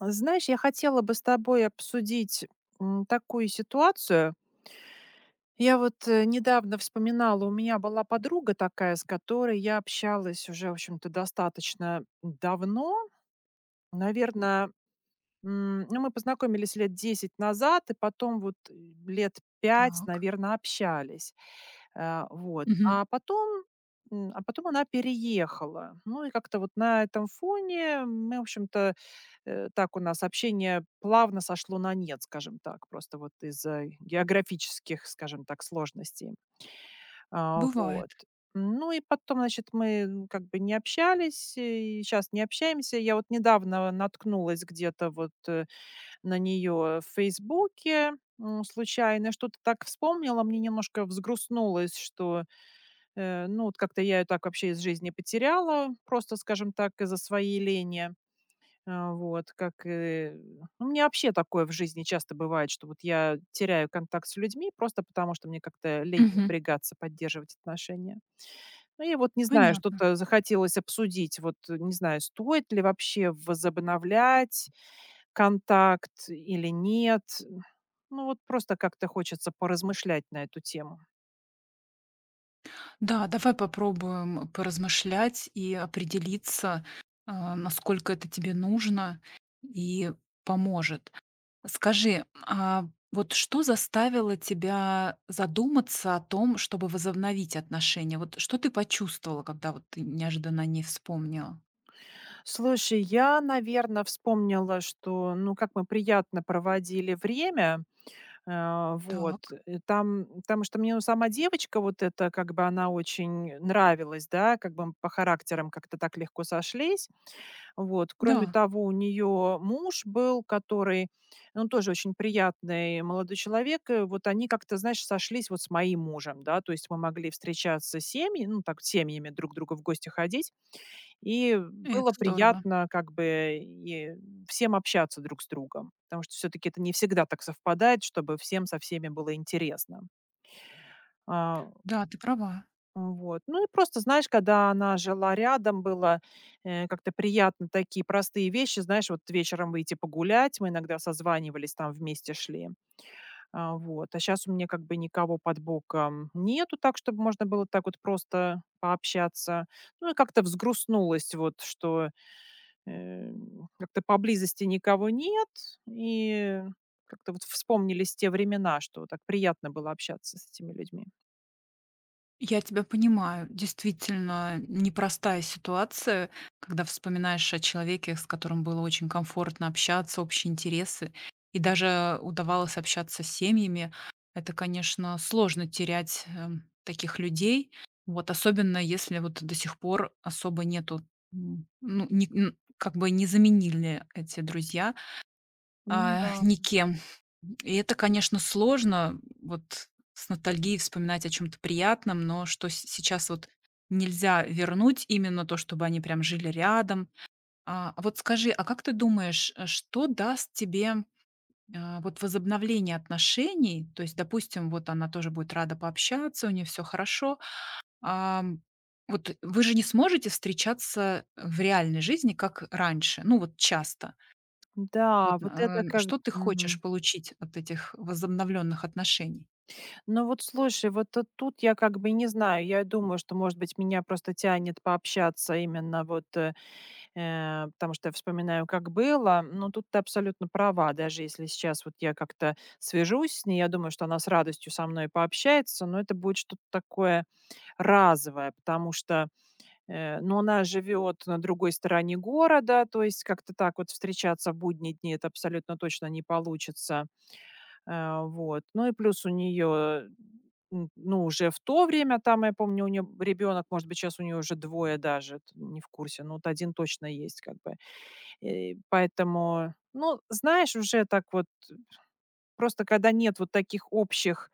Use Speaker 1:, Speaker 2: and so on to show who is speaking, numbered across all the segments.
Speaker 1: Знаешь, я хотела бы с тобой обсудить такую ситуацию. Я вот недавно вспоминала, у меня была подруга такая, с которой я общалась уже, в общем-то, достаточно давно. Наверное, ну, мы познакомились лет 10 назад, и потом вот лет пять,
Speaker 2: Так.
Speaker 1: наверное, общались. Вот.
Speaker 2: Мгм.
Speaker 1: А потом она переехала. Ну и как-то вот на этом фоне мы, в общем-то, так у нас общение плавно сошло на нет, скажем так, просто вот из-за географических, скажем так, сложностей.
Speaker 2: Бывает.
Speaker 1: Вот. Ну и потом, значит, мы, как бы не общались, и сейчас не общаемся. Я вот недавно наткнулась где-то вот, на нее в "Фейсбуке", случайно, что-то так вспомнила, мне немножко взгрустнулось, что, ну, вот как-то я ее так вообще из жизни потеряла, просто, скажем так, из-за своей лени. Вот, как, ну, у меня вообще такое в жизни часто бывает, что вот я теряю контакт с людьми просто потому, что мне как-то лень
Speaker 2: Мгм.
Speaker 1: напрягаться, поддерживать отношения. Ну, я вот не знаю,
Speaker 2: Понятно.
Speaker 1: что-то захотелось обсудить. Вот не знаю, стоит ли вообще возобновлять контакт или нет. Ну, вот просто как-то хочется поразмышлять на эту тему.
Speaker 2: Да, давай попробуем поразмышлять и определиться, насколько это тебе нужно и поможет. Скажи, а вот что заставило тебя задуматься о том, чтобы возобновить отношения? Вот что ты почувствовала, когда вот ты неожиданно не вспомнила?
Speaker 1: Слушай, я, наверное, вспомнила, что, ну, как мы приятно проводили время. Вот.
Speaker 2: Так.
Speaker 1: И там, потому что мне, ну, сама девочка вот эта, как бы она очень нравилась, да, как бы мы по характерам как-то так легко сошлись. Вот. Кроме
Speaker 2: Да,
Speaker 1: того, у нее муж был, который, ну, тоже очень приятный молодой человек. И вот они как-то, знаешь, сошлись вот с моим мужем, да, то есть мы могли встречаться семьи, ну, так, семьями друг к другу в гости ходить. И
Speaker 2: это
Speaker 1: было
Speaker 2: здорово.
Speaker 1: приятно как бы и всем общаться друг с другом, потому что все таки это не всегда так совпадает, чтобы всем со всеми было интересно. А,
Speaker 2: Да, ты права.
Speaker 1: вот. Ну и просто, знаешь, когда она жила рядом, было, как-то приятно такие простые вещи, знаешь, вот вечером выйти погулять, мы иногда созванивались, там вместе шли. Вот. А сейчас у меня как бы никого под боком нету так, чтобы можно было так вот просто пообщаться. Ну и как-то взгрустнулось вот, что Э, как-то поблизости никого нет, и как-то вот вспомнились те времена, что так приятно было общаться с этими людьми.
Speaker 2: Я тебя понимаю. Действительно, непростая ситуация, когда вспоминаешь о человеке, с которым было очень комфортно общаться, общие интересы, и даже удавалось общаться с семьями. Это, конечно, сложно терять таких людей, вот особенно если вот до сих пор особо нету, ну, как бы не заменили эти друзья.
Speaker 1: Ну
Speaker 2: А,
Speaker 1: да.
Speaker 2: никем. И это, конечно, сложно вот с ностальгией вспоминать о чем то приятном, но что се сейчас вот нельзя вернуть именно то, чтобы они прям жили рядом. А вот скажи, а как ты думаешь, что даст тебе, а, вот возобновление отношений? То есть, допустим, вот она тоже будет рада пообщаться, у нее все хорошо. Ам, вот вы же не сможете встречаться в реальной жизни, как раньше, ну, вот часто.
Speaker 1: Да,
Speaker 2: Вот,
Speaker 1: вот это как.
Speaker 2: что ты хочешь
Speaker 1: Мгм.
Speaker 2: получить от этих возобновленных отношений?
Speaker 1: Ну вот слушай, вот тут я как бы не знаю. Я думаю, что, может быть, меня просто тянет пообщаться именно вот, потому что я вспоминаю, как было. Но тут ты абсолютно права. Даже если сейчас вот я как-то свяжусь с ней, я думаю, что она с радостью со мной пообщается, но это будет что-то такое разовая, потому что, ну, она живет на другой стороне города, то есть как-то так вот встречаться в будние дни это абсолютно точно не получится. Вот. Ну и плюс у нее, ну, уже в то время, там, я помню, у нее ребенок, может быть, сейчас у нее уже двое даже, не в курсе, но вот один точно есть, как бы. И поэтому, ну, знаешь, уже так вот просто когда нет вот таких общих,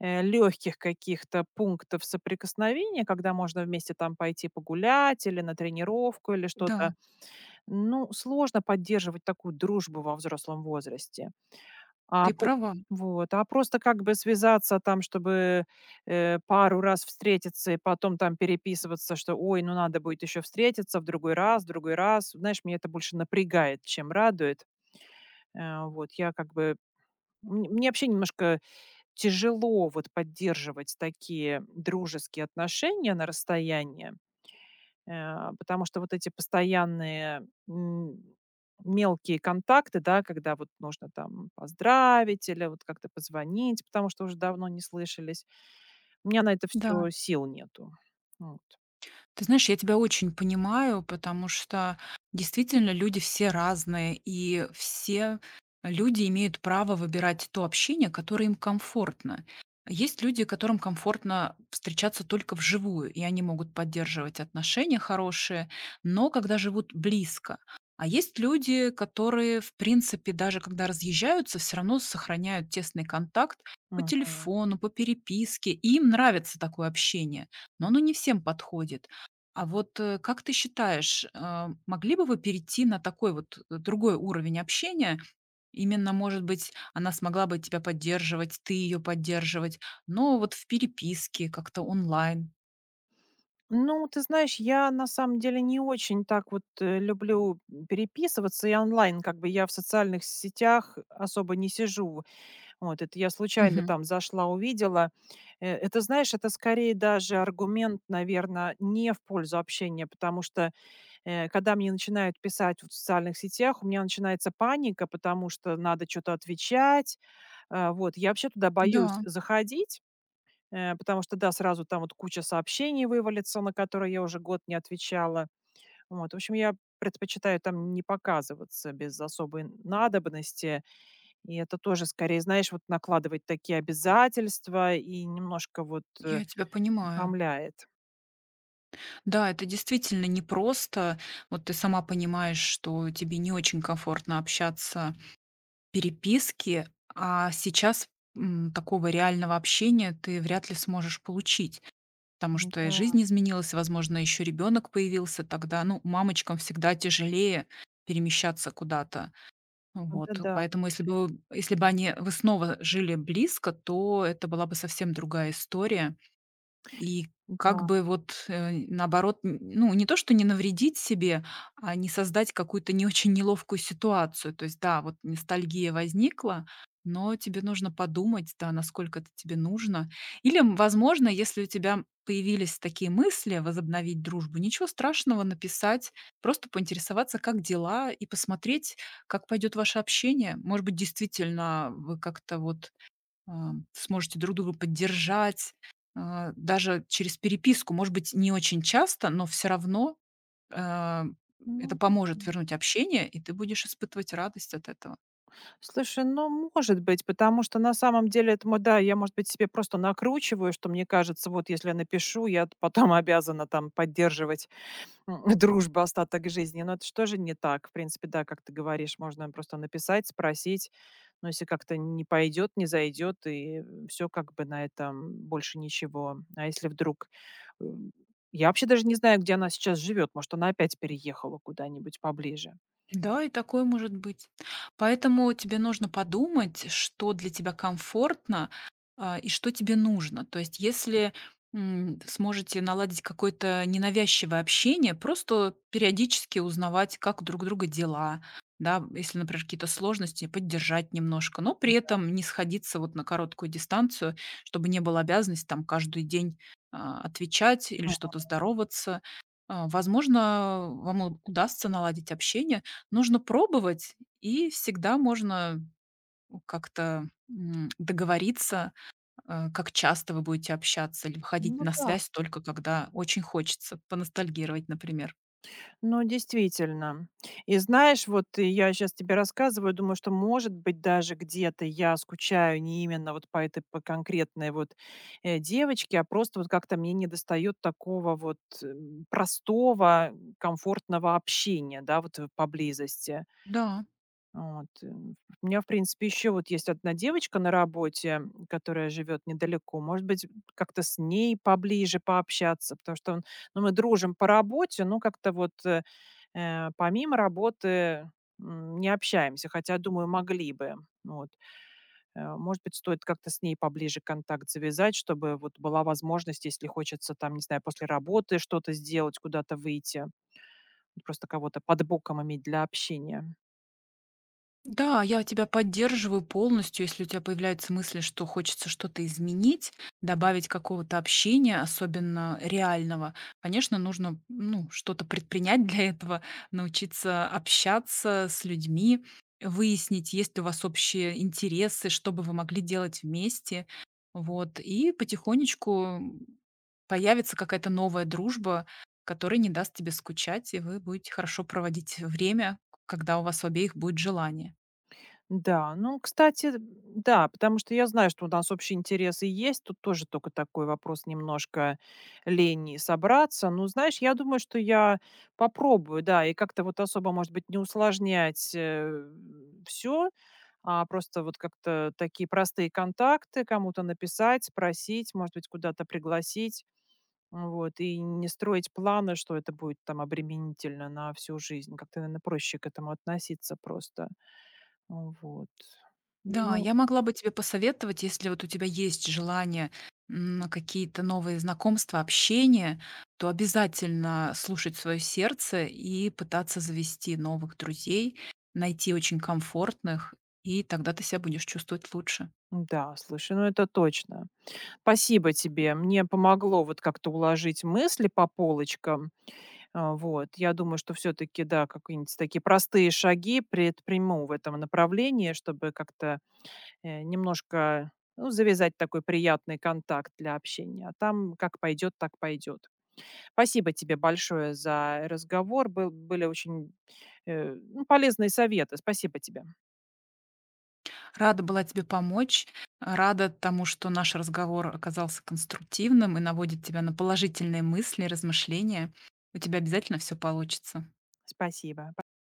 Speaker 1: легких каких-то пунктов соприкосновения, когда можно вместе там пойти погулять или на тренировку, или
Speaker 2: Да,
Speaker 1: что-то, ну, сложно поддерживать такую дружбу во взрослом возрасте. А
Speaker 2: ты
Speaker 1: по
Speaker 2: права.
Speaker 1: а просто как бы связаться там, чтобы, пару раз встретиться и потом там переписываться, что: "Ой, ну надо будет еще встретиться в другой раз, в другой раз". Знаешь, меня это больше напрягает, чем радует. Вот, я как бы мн мне вообще немножко тяжело вот поддерживать такие дружеские отношения на расстоянии, потому что вот эти постоянные мелкие контакты, да, когда вот нужно там поздравить или вот как-то позвонить, потому что уже давно не слышались. У меня на это
Speaker 2: Да.
Speaker 1: все сил нету. Вот.
Speaker 2: Ты знаешь, я тебя очень понимаю, потому что действительно люди все разные, и все люди имеют право выбирать то общение, которое им комфортно. Есть люди, которым комфортно встречаться только вживую, и они могут поддерживать отношения хорошие, но когда живут близко. А есть люди, которые, в принципе, даже когда разъезжаются, все равно сохраняют тесный контакт по
Speaker 1: Мгм.
Speaker 2: телефону, по переписке, и им нравится такое общение, но оно не всем подходит. А вот, как ты считаешь, могли бы вы перейти на такой вот, другой уровень общения? Именно, может быть, она смогла бы тебя поддерживать, ты ее поддерживать, но вот в переписке, как-то онлайн.
Speaker 1: Ну, ты знаешь, я на самом деле не очень так вот люблю переписываться и онлайн, как бы я в социальных сетях особо не сижу. Вот, это я случайно
Speaker 2: Мгм.
Speaker 1: там зашла, увидела. Это, знаешь, это скорее даже аргумент, наверное, не в пользу общения, потому что, когда мне начинают писать вот в социальных сетях, у меня начинается паника, потому что надо что то отвечать. Вот, я вообще туда боюсь
Speaker 2: Да,
Speaker 1: заходить, потому что, да, сразу там вот куча сообщений вывалится, на которые я уже год не отвечала. Вот, в общем, я предпочитаю там не показываться без особой надобности. И это тоже скорее, знаешь, вот накладывать такие обязательства и немножко вот,
Speaker 2: я тебя понимаю.
Speaker 1: утомляет.
Speaker 2: Да, это действительно непросто. Вот ты сама понимаешь, что тебе не очень комфортно общаться в переписке, а сейчас, такого реального общения ты вряд ли сможешь получить. Потому что и
Speaker 1: М-да,
Speaker 2: жизнь изменилась, возможно, еще ребенок появился тогда. Ну, мамочкам всегда тяжелее перемещаться куда-то. Вот.
Speaker 1: да,
Speaker 2: Поэтому если бы, если бы вы снова жили близко, то это была бы совсем другая история. И
Speaker 1: да.
Speaker 2: как
Speaker 1: Да.
Speaker 2: бы вот, наоборот, н ну, не то, что не навредить себе, а не создать какую-то не очень неловкую ситуацию. То есть, да, вот ностальгия возникла, но тебе нужно подумать, да, насколько это тебе нужно. Или, возможно, если у тебя появились такие мысли возобновить дружбу, ничего страшного написать, просто поинтересоваться, как дела, и посмотреть, как пойдет ваше общение. Может быть, действительно, вы как-то вот сможете друг друга поддержать, а, даже через переписку, может быть, не очень часто, но все равно, а, это
Speaker 1: Ну, да.
Speaker 2: поможет вернуть общение, и ты будешь испытывать радость от этого.
Speaker 1: Слушай, ну, может быть, потому что на самом деле это мо да, я, может быть, себе просто накручиваю, что мне кажется, вот если я напишу, я т потом обязана там поддерживать. М, дружба остаток жизни. Но это ж тоже не так. В принципе, да, как ты говоришь, можно просто написать, спросить. Но если как-то не пойдет, не зайдет, и все как бы на этом больше ничего. А если вдруг м, я вообще даже не знаю, где она сейчас живет. Может, она опять переехала куда-нибудь поближе.
Speaker 2: Да, и такое может быть. Поэтому тебе нужно подумать, что для тебя комфортно, и что тебе нужно. То есть, если, сможете наладить какое-то ненавязчивое общение, просто периодически узнавать, как у друг друга дела, да, если, например, какие-то сложности, поддержать немножко, но при этом не сходиться вот на короткую дистанцию, чтобы не было обязанности там каждый день, отвечать или
Speaker 1: А,
Speaker 2: что-то здороваться. А, возможно, вам у удастся наладить общение. Нужно пробовать, и всегда можно как-то, договориться, как часто вы будете общаться или выходить
Speaker 1: Ну
Speaker 2: на
Speaker 1: да.
Speaker 2: связь только когда очень хочется поностальгировать, например.
Speaker 1: Ну, действительно. И знаешь, вот и я сейчас тебе рассказываю, думаю, что, может быть, даже где-то я скучаю не именно вот по этой, по конкретной вот, девочке, а просто вот как-то мне недостает такого вот, простого, комфортного общения, да, вот, поблизости.
Speaker 2: Да.
Speaker 1: Вот. У меня, в принципе, еще вот есть одна девочка на работе, которая живет недалеко. Может быть, как-то с ней поближе пообщаться, потому что ну, мы дружим по работе, но как-то вот помимо работы не общаемся, хотя, думаю, могли бы. Вот. Может быть, стоит как-то с ней поближе контакт завязать, чтобы вот была возможность, если хочется там, не знаю, после работы что-то сделать, куда-то выйти, просто кого-то под боком иметь для общения.
Speaker 2: Да, я тебя поддерживаю полностью, если у тебя появляются мысли, что хочется что-то изменить, добавить какого-то общения, особенно реального. Конечно, нужно ну, что-то предпринять для этого, научиться общаться с людьми, выяснить, есть ли у вас общие интересы, что бы вы могли делать вместе. Вот. И потихонечку появится какая-то новая дружба, которая не даст тебе скучать, и вы будете хорошо проводить время, когда у вас у обеих будет желание.
Speaker 1: Да, ну, кстати, да, потому что я знаю, что у нас общие интересы есть. Тут тоже только такой вопрос немножко лени собраться. Ну, знаешь, я думаю, что я попробую, да, и как-то вот особо, может быть, не усложнять все, а просто вот как-то такие простые контакты кому-то написать, спросить, может быть, куда-то пригласить. Вот, и не строить планы, что это будет там обременительно на всю жизнь. Как-то, наверное, проще к этому относиться просто. Вот.
Speaker 2: Да,
Speaker 1: Ну
Speaker 2: я могла бы тебе посоветовать, если вот у тебя есть желание на какие-то новые знакомства, общение, то обязательно слушать свое сердце и пытаться завести новых друзей, найти очень комфортных, и тогда ты себя будешь чувствовать лучше.
Speaker 1: да, слушай, ну это точно. Спасибо тебе. Мне помогло вот как-то уложить мысли по полочкам. Вот. Я думаю, что все-таки, да, какие-нибудь такие простые шаги предприму в этом направлении, чтобы как-то немножко ну, завязать такой приятный контакт для общения. А там как пойдет, так пойдет. Спасибо тебе большое за разговор. Были очень ну, полезные советы. Спасибо тебе.
Speaker 2: Рада была тебе помочь, рада тому, что наш разговор оказался конструктивным и наводит тебя на положительные мысли, размышления. У тебя обязательно все получится.
Speaker 1: Спасибо.